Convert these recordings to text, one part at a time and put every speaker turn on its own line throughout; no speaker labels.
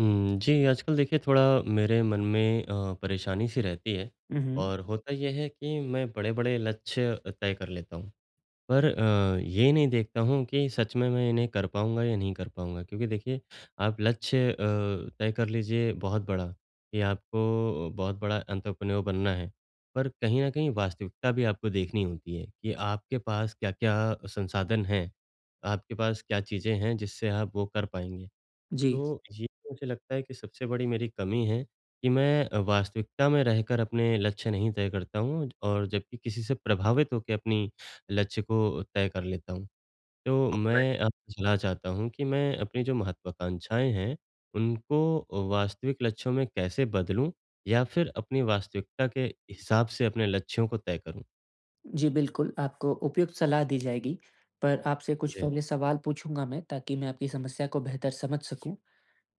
जी, आजकल देखिए थोड़ा मेरे मन में परेशानी सी रहती है
हुँ, हुँ।
और होता ये है कि मैं बड़े-बड़े लक्ष्य तय कर लेता हूँ। पर ये नहीं देखता हूँ कि सच में मैं इन्हें कर पाऊँगा या नहीं कर पाऊँगा क्योंकि देखिए आप लक्ष्य तय कर लीजिए बहुत बड़ा कि आपको बहुत बड़ा एंटरप्रेन्योर बनना है। पर कहीं न कहीं वास्तविकता भी आपको देखनी होती है कि आपके पास क्या-क्या संसाधन हैं, आपके पास क्या चीज़ें हैं जिससे आप वो कर पाएँगे।
जी।
तो ये मुझे लगता है कि सबसे बड़ी मेरी कमी है कि मैं वास्तविकता में रहकर अपने लक्ष्य नहीं तय करता हूँ और जबकि किसी से प्रभावित होकर अपनी लक्ष्य को तय कर लेता हूँ। तो मैं
वही।
आपसे सलाह चाहता हूँ कि मैं अपनी जो महत्वाकांक्षाएँ हैं, उनको वास्तविक लक्ष्यों में कैसे बदलूँ या फिर अपनी वास्तविकता के हिसाब से अपने लक्ष्यों को तय करूँ?
जी, बिल्कुल, आपको उपयुक्त सलाह दी जाएगी, पर आपसे कुछ
जी।
पहले सवाल पूछूँगा मैं ताकि मैं आपकी समस्या को बेहतर समझ सकूँ।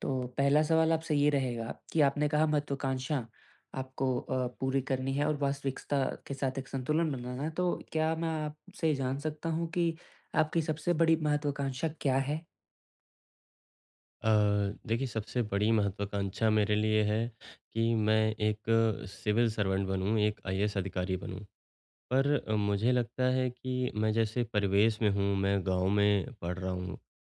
तो पहला सवाल आपसे ये रहेगा कि आपने कहा महत्वाकांक्षा आपको पूरी करनी है और वास्तविकता के साथ एक संतुलन बनाना है, तो क्या मैं आपसे जान सकता हूँ कि आपकी सबसे बड़ी महत्वाकांक्षा क्या है?
अ, देखिए सबसे बड़ी महत्वाकांक्षा मेरे लिए है कि मैं एक सिविल सर्वेंट बनूँ, एक आईएएस अधिकारी बनूँ। पर मुझे लगता है कि मैं जैसे परिवेश में हूँ, मैं गाँव में पढ़ रहा हूँ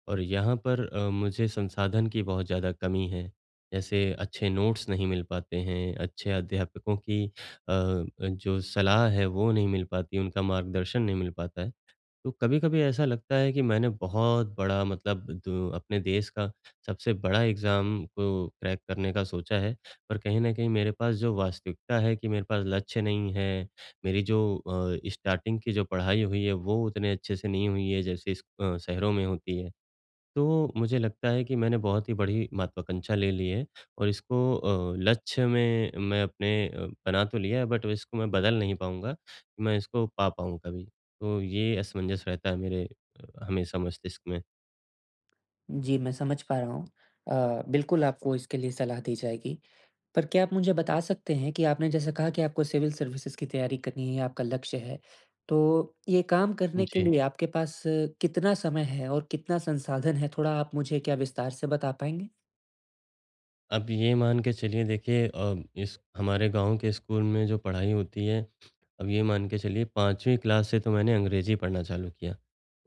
और यहाँ पर मुझे संसाधन की बहुत ज़्यादा कमी है। जैसे अच्छे नोट्स नहीं मिल पाते हैं, अच्छे अध्यापकों की जो सलाह है वो नहीं मिल पाती, उनका मार्गदर्शन नहीं मिल पाता है। तो कभी-कभी ऐसा लगता है कि मैंने बहुत बड़ा मतलब दु अपने देश का सबसे बड़ा एग्ज़ाम को क्रैक करने का सोचा है, पर कहीं न कहीं मेरे पास जो वास्तविकता है कि मेरे पास लक्ष्य नहीं है, मेरी जो स्टार्टिंग की जो पढ़ाई हुई है, वो उतने अच्छे से नहीं हुई है, जैसे इस शहरों में होती है। तो मुझे लगता है कि मैंने बहुत ही बड़ी महत्वाकांक्षा ले ली है और इसको लक्ष्य में मैं अपने बना तो लिया है बट इसको मैं बदल नहीं पाऊँगा, मैं इसको पा पाऊँ कभी। तो ये असमंजस रहता है मेरे हमेशा मस्तिष्क में।
जी, मैं समझ पा रहा हूँ। बिल्कुल आपको इसके लिए सलाह दी जाएगी। पर क्या आप मुझे बता सकते हैं कि आपने जैसे कहा कि आपको सिविल सर्विसेज़ की तैयारी करनी है, ये आपका लक्ष्य है। तो ये काम करने के
जी।
लिए आपके पास कितना समय है और कितना संसाधन है? थोड़ा आप मुझे क्या विस्तार से बता पाएँगे?
अब ये मान के चलिए देखिए इस हमारे गाँव के स्कूल में जो पढ़ाई होती है, अब ये मान के चलिए 5वीं क्लास से तो मैंने अंग्रेजी पढ़ना चालू किया।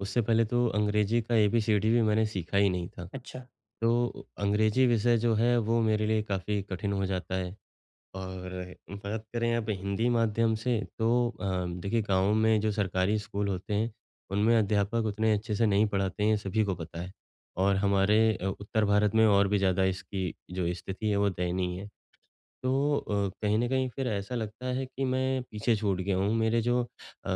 उससे पहले तो अंग्रेजी का एबीसीडी भी मैंने सीखा ही नहीं था।
अच्छा।
तो अंग्रेजी विषय जो है वो मेरे लिए काफ़ी कठिन हो जाता है और बात करें अब हिंदी माध्यम से तो देखिए गाँव में जो सरकारी स्कूल होते हैं, उनमें अध्यापक उतने अच्छे से नहीं पढ़ाते हैं, ये सभी को पता है। और हमारे उत्तर भारत में और भी ज़्यादा इसकी जो स्थिति है वो दयनीय है। तो कहीं न कहीं फिर ऐसा लगता है कि मैं पीछे छूट गया हूँ। मेरे जो अ,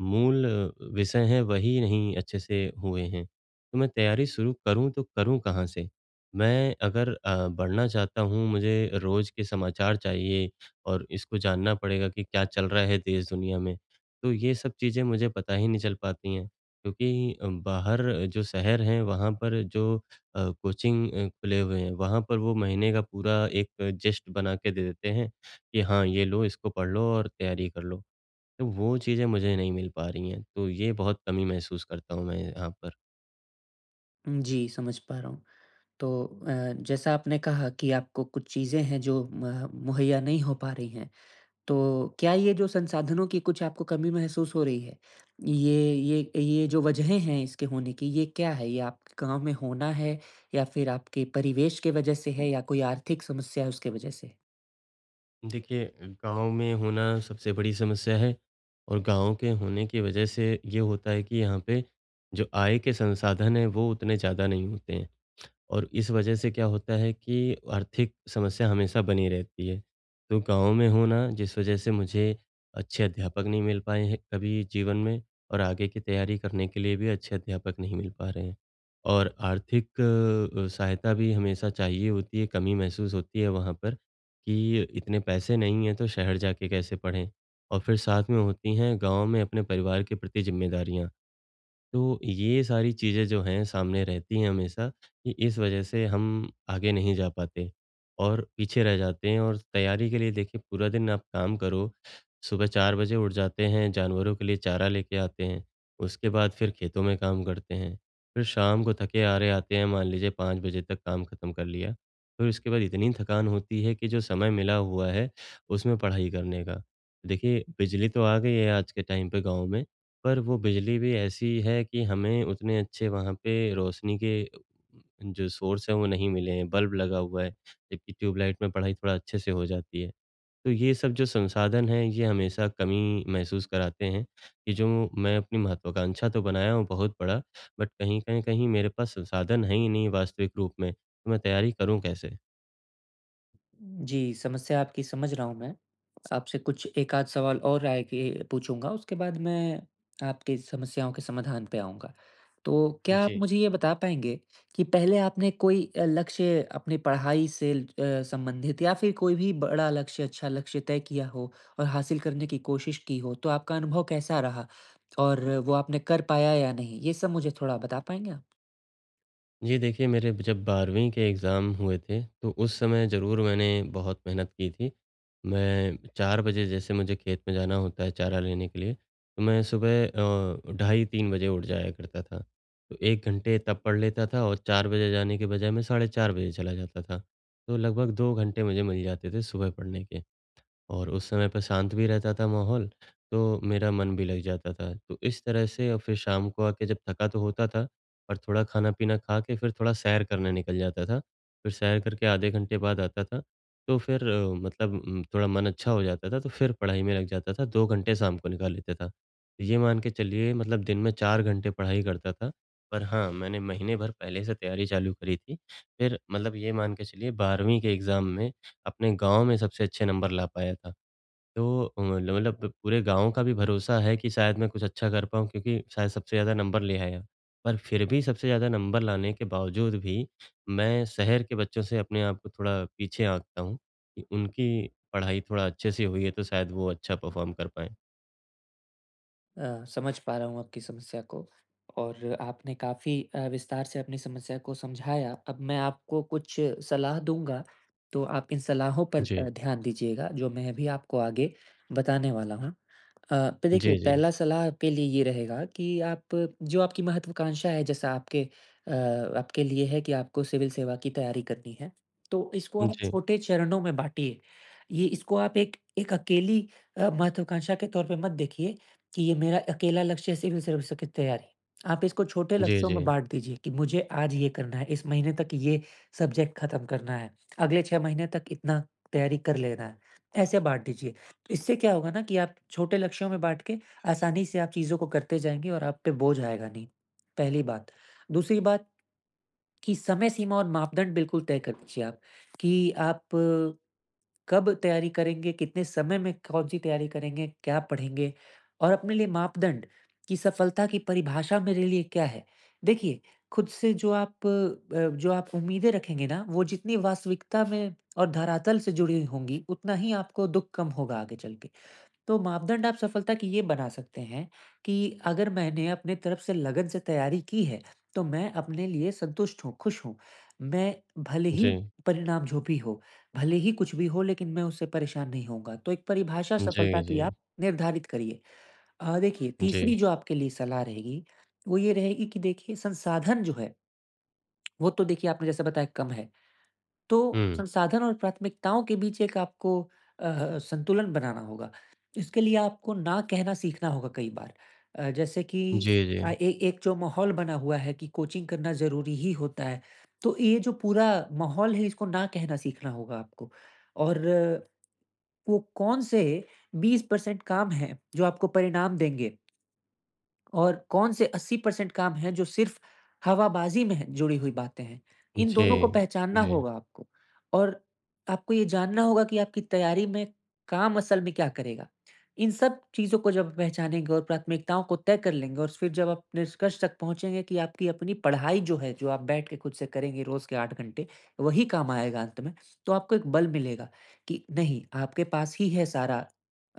मूल विषय हैं वही नहीं अच्छे से हुए हैं। तो मैं तैयारी शुरू करूँ तो करूँ कहाँ से? मैं अगर बढ़ना चाहता हूँ, मुझे रोज़ के समाचार चाहिए और इसको जानना पड़ेगा कि क्या चल रहा है देश-दुनिया में। तो ये सब चीज़ें मुझे पता ही नहीं चल पाती हैं क्योंकि बाहर जो शहर हैं वहाँ पर जो कोचिंग खुले हुए हैं, वहाँ पर वो महीने का पूरा एक जेस्ट बना के दे देते हैं कि हाँ, ये लो, इसको पढ़ लो और तैयारी कर लो। तो वो चीज़ें मुझे नहीं मिल पा रही हैं, तो ये बहुत कमी महसूस करता हूँ मैं यहाँ पर।
जी, समझ पा रहा हूँ। तो जैसा आपने कहा कि आपको कुछ चीज़ें हैं जो म मुहैया नहीं हो पा रही हैं। तो क्या ये जो संसाधनों की कुछ आपको कमी महसूस हो रही है, ये जो वजहें हैं इसके होने की, ये क्या है? ये आपके गाँव में होना है या फिर आपके परिवेश के वजह से है या कोई आर्थिक समस्या है उसके वजह से?
देखिए, गाँव में होना सबसे बड़ी समस्या है और गाँव के होने की वजह से ये होता है कि यहाँ पे जो आय के संसाधन हैं, वो उतने ज़्यादा नहीं होते हैं। और इस वजह से क्या होता है कि आर्थिक समस्या हमेशा बनी रहती है। तो गाँव में हूँ ना जिस वजह से मुझे अच्छे अध्यापक नहीं मिल पाए हैं कभी जीवन में और आगे की तैयारी करने के लिए भी अच्छे अध्यापक नहीं मिल पा रहे हैं। और आर्थिक सहायता भी हमेशा चाहिए होती है, कमी महसूस होती है वहाँ पर कि इतने पैसे नहीं हैं तो शहर जाके कैसे पढ़ें? और फिर साथ में होती हैं गाँव में अपने परिवार के प्रति ज़िम्मेदारियाँ। तो ये सारी चीज़ें जो हैं सामने रहती हैं हमेशा कि इस वजह से हम आगे नहीं जा पाते और पीछे रह जाते हैं और तैयारी के लिए देखिए पूरा दिन आप काम करो, सुबह 4 बजे उठ जाते हैं, जानवरों के लिए चारा लेके आते हैं, उसके बाद फिर खेतों में काम करते हैं, फिर शाम को थके हारे आते हैं, मान लीजिए 5 बजे तक काम खत्म कर लिया। फिर उसके बाद इतनी थकान होती है कि जो समय मिला हुआ है उसमें पढ़ाई करने का। देखिए बिजली तो आ गई है आज के टाइम पे गाँव में। पर वो बिजली भी ऐसी है कि हमें उतने अच्छे वहाँ पे रोशनी के जो सोर्स हैं वो नहीं मिले हैं, बल्ब लगा हुआ है, जबकि ट्यूबलाइट में पढ़ाई थोड़ा अच्छे से हो जाती है। तो ये सब जो संसाधन हैं ये हमेशा कमी महसूस कराते हैं कि जो मैं अपनी महत्वाकांक्षा तो बनाया हूँ बहुत बड़ा, बट कहीं न कहीं मेरे पास संसाधन है ही नहीं वास्तविक रूप में, तो मैं तैयारी करूँ कैसे?
जी, समस्या आपकी समझ रहा हूँ मैं। आपसे कुछ एक आध सवाल और राय के पूछूँगा, उसके बाद मैं आपकी समस्याओं के समाधान पे आऊँगा। तो क्या आप
जी।
मुझे ये बता पाएँगे कि पहले आपने कोई लक्ष्य अपनी पढ़ाई से संबंधित या फिर कोई भी बड़ा लक्ष्य, अच्छा लक्ष्य तय किया हो और हासिल करने की कोशिश की हो, तो आपका अनुभव कैसा रहा? और वो आपने कर पाया या नहीं? ये सब मुझे थोड़ा बता पाएँगे आप?
जी देखिए, मेरे ब जब 12वीं के एग्ज़ाम हुए थे, तो उस समय ज़रूर मैंने बहुत मेहनत की थी। मैं 4 बजे जैसे मुझे खेत में जाना होता है चारा लेने के लिए, तो मैं सुबह ढाई 3 बजे उठ जाया करता था। तो 1 घंटे तब पढ़ लेता था और 4 बजे जाने के बजाय मैं साढ़े 4 बजे चला जाता था। तो लगभग 2 घंटे मुझे मिल जाते थे सुबह पढ़ने के। और उस समय पे शांत भी रहता था माहौल, तो मेरा मन भी लग जाता था। तो इस तरह से और फिर शाम को आके जब थका तो होता था और थोड़ा खाना-पीना खा के फिर थोड़ा सैर करने निकल जाता था। फिर सैर करके आधे घंटे बाद आता था, तो फिर मतलब थोड़ा मन अच्छा हो जाता था, तो फिर पढ़ाई में लग जाता था, 2 घंटे शाम को निकाल लेता था। ये मान के चलिए मतलब दिन में 4 घंटे पढ़ाई करता था, पर हाँ, मैंने महीने भर पहले से तैयारी चालू करी थी। फिर मतलब ये मान के चलिए 12वीं के एग्ज़ाम में अपने गाँव में सबसे अच्छे नंबर ला पाया था। तो मतलब पूरे गाँव का भी भरोसा है कि शायद मैं कुछ अच्छा कर पाऊँ क्योंकि शायद सबसे ज़्यादा नंबर ले आया। पर फिर भी सबसे ज़्यादा नंबर लाने के बावजूद भी मैं शहर के बच्चों से अपने आप को थोड़ा पीछे आँकता हूँ कि उनकी पढ़ाई थोड़ा अच्छे से हुई है तो शायद वो अच्छा परफ़ॉर्म कर पाएँ।
समझ पा रहा हूँ आपकी समस्या को और आपने काफ़ी विस्तार से अपनी समस्या को समझाया। अब मैं आपको कुछ सलाह दूँगा, तो आप इन सलाहों पर
जी।
ध्यान दीजिएगा, जो मैं भी आपको आगे बताने वाला हूँ। तो देखिए
जी, जी।
पहला सलाह आपके लिए ये रहेगा कि आप जो आपकी महत्वाकांक्षा है जैसा आपके अ, आपके लिए है कि आपको सिविल सेवा की तैयारी करनी है, तो इसको आप
जी।
छोटे चरणों में बाँटिए। ये इसको आप एक एक अकेली महत्वाकांक्षा के तौर पे मत देखिए कि ये मेरा अकेला लक्ष्य सिर्फ़ सिर्फ़ इसकी तैयारी। आप इसको छोटे
जी,
लक्ष्यों
जी।
में बाँट दीजिए कि मुझे आज ये करना है, इस महीने तक ये सब्जेक्ट ख़त्म करना है, अगले 6 महीने तक इतना तैयारी कर लेना है। ऐसे बाँट दीजिए। इससे क्या होगा ना कि आप छोटे लक्ष्यों में बाँट के आसानी से आप चीज़ों को करते जाएँगे और आप पे बोझ आएगा नहीं, पहली बात। दूसरी बात कि समय सीमा और मापदंड बिल्कुल तय कर दीजिए आप कि आप कब तैयारी करेंगे, कितने समय में कौन-सी तैयारी करेंगे, क्या पढ़ेंगे और अपने लिए मापदंड कि सफलता की परिभाषा मेरे लिए क्या है? देखिए, खुद से जो आप उम्मीदें रखेंगे ना, वो जितनी वास्तविकता में और धरातल से जुड़ी हुई होंगी, उतना ही आपको दुःख कम होगा आगे चल के। तो मापदंड आप सफलता की ये बना सकते हैं कि अगर मैंने अपने तरफ से लगन से तैयारी की है, तो मैं अपने लिए संतुष्ट हूँ, खुश हूँ। मैं भले
जी।
ही परिणाम जो भी हो, भले ही कुछ भी हो लेकिन मैं उससे परेशान नहीं होऊँगा। तो एक परिभाषा
जी,
सफलता की
जी।
आप निर्धारित करिए। देखिए तीसरी
जी।
जो आपके लिए सलाह रहेगी, वो ये रहेगी कि देखिए संसाधन जो है, वो तो देखिए आपने जैसे बताया कम है। तो
हुँ।
संसाधन और प्राथमिकताओं के बीच एक आपको संतुलन बनाना होगा। इसके लिए आपको ना कहना सीखना होगा कई बार। जैसे कि
जी, जी।
अ, ए एक जो माहौल बना हुआ है कि कोचिंग करना ज़रूरी ही होता है, तो ये जो पूरा माहौल है इसको ना कहना सीखना होगा आपको। और वो कौन से 20% काम हैं जो आपको परिणाम देंगे। और कौन से 80% काम हैं जो सिर्फ़ हवाबाज़ी में हैं जुड़ी हुई बातें हैं। इन
जी।
दोनों जी। को जी। पहचानना
जी।
होगा आपको और आपको ये जानना होगा कि आपकी तैयारी में काम असल में क्या करेगा। इन सब चीज़ों को जब पहचानेंगे और प्राथमिकताओं को तय कर लेंगे और फिर जब आप निष्कर्ष तक पहुँचेंगे कि आपकी अपनी पढ़ाई जो है, जो आप बैठ के खुद से करेंगे रोज़ के 8 घंटे, वही काम आएगा अंत में, तो आपको एक बल मिलेगा कि नहीं, आपके पास ही है सारा,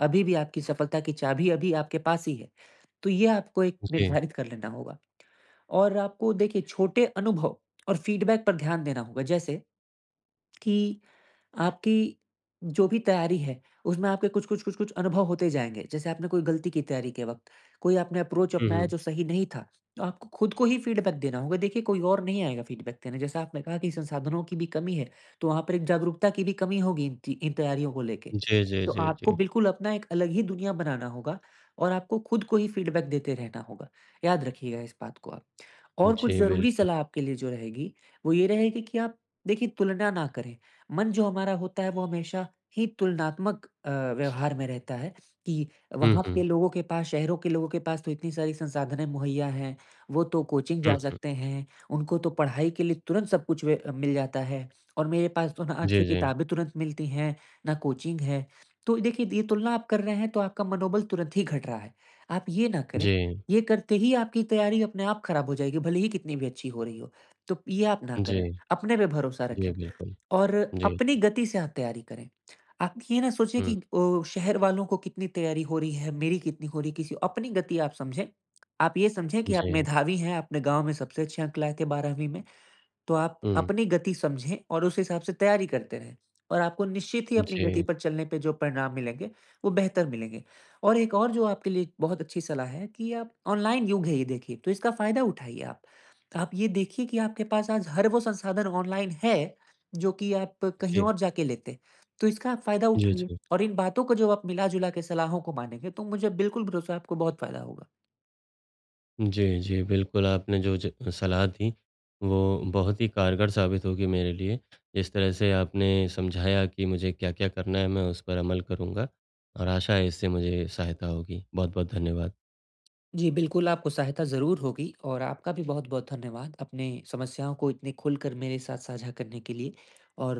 अभी भी आपकी सफलता की चाबी अभी आपके पास ही है। तो ये आपको एक
जी।
निर्धारित कर लेना होगा और आपको देखिए छोटे अनुभव और फीडबैक पर ध्यान देना होगा। जैसे कि आपकी जो भी तैयारी है, उसमें आपके कुछ-कुछ, कुछ-कुछ अनुभव होते जाएँगे। जैसे आपने कोई गलती की तैयारी के वक़्त, कोई आपने अप्रोच
हुँ,
अपनाया
हुँ।
जो सही नहीं था, तो आपको खुद को ही फीडबैक देना होगा। देखिए, कोई और नहीं आएगा फीडबैक देने। जैसा आपने कहा कि संसाधनों की भी कमी है, तो वहाँ पर एक जागरूकता की भी कमी होगी इन तैयारियों को लेके।
जी, जी,
तो
जी,
आपको
जी।
बिल्कुल अपना एक अलग ही दुनिया बनाना होगा और आपको खुद को ही फीडबैक देते रहना होगा। याद रखिएगा इस बात को आप। और कुछ
जी,
ज़रूरी
बिल्कुल।
सलाह आपके लिए जो रहेगी, वो ये रहेगी कि आप देखिए, तुलना ना करें। मन जो हमारा होता है वो हमेशा ही तुलनात्मक व्यवहार में रहता है कि
हुँ,
वहाँ के
हुँ,
लोगों के पास, शहरों के लोगों के पास तो इतनी सारी संसाधनें मुहैया हैं, वो तो कोचिंग जा
हुँ।
सकते हैं, उनको तो पढ़ाई के लिए तुरंत सब कुछ वे मिल जाता है और मेरे पास तो ना
जी,
अच्छी
जी।
किताबें तुरंत मिलती हैं, ना कोचिंग है। तो देखिए, ये तुलना आप कर रहे हैं तो आपका मनोबल तुरंत ही घट रहा है। आप ये ना करें,
जी,
ये करते ही आपकी तैयारी अपने आप खराब हो जाएगी, भले ही कितनी भी अच्छी हो रही हो। तो ये आप ना करें।
जी,
अपने पे भरोसा
जी,
रखें
बिल्कुल।
और
जी,
अपनी गति से आप तैयारी करें। आप ये ना सोचिए
हुँ,
कि ओ, शहर वालों को कितनी तैयारी हो रही है, मेरी कितनी हो रही है, किसी अपनी गति आप समझें। आप ये समझें कि आप
जी,
मेधावी हैं, आपने गाँव में सबसे अच्छे अंक लाए थे 12वीं में। तो आप
हुँ,
अपनी गति समझें और उस हिसाब से तैयारी करते रहें और आपको निश्चित ही
जी,
अपनी गति
जी,
पर चलने पे जो परिणाम मिलेंगे, वो बेहतर मिलेंगे। और एक और जो आपके लिए बहुत अच्छी सलाह है कि आप ऑनलाइन युग है ये देखिए, तो इसका फ़ायदा उठाइए आप। आप ये देखिए कि आपके पास आज हर वो संसाधन ऑनलाइन है, जो कि आप कहीं
जी,
और जाके लेते। तो इसका आप फ़ायदा उठाइए
जी।
और इन बातों को जो आप मिला-जुला के सलाहों को मानेंगे, तो मुझे बिल्कुल भरोसा है आपको बहुत फ़ायदा होगा।
जी, जी, बिल्कुल आपने जो ज सलाह दी, वो बहुत ही कारगर साबित होगी मेरे लिए। जिस तरह से आपने समझाया कि मुझे क्या-क्या करना है, मैं उस पर अमल करूँगा और आशा है इससे मुझे सहायता होगी। बहुत-बहुत धन्यवाद।
जी, बिल्कुल आपको सहायता ज़रूर होगी और आपका भी बहुत-बहुत धन्यवाद अपने समस्याओं को इतने खुलकर मेरे साथ साझा करने के लिए और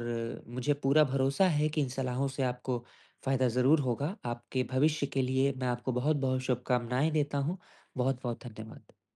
मुझे पूरा भरोसा है कि इन सलाहों से आपको फ़ायदा ज़रूर होगा। आपके भविष्य के लिए मैं आपको बहुत-बहुत शुभकामनाएँ देता हूँ। बहुत-बहुत धन्यवाद।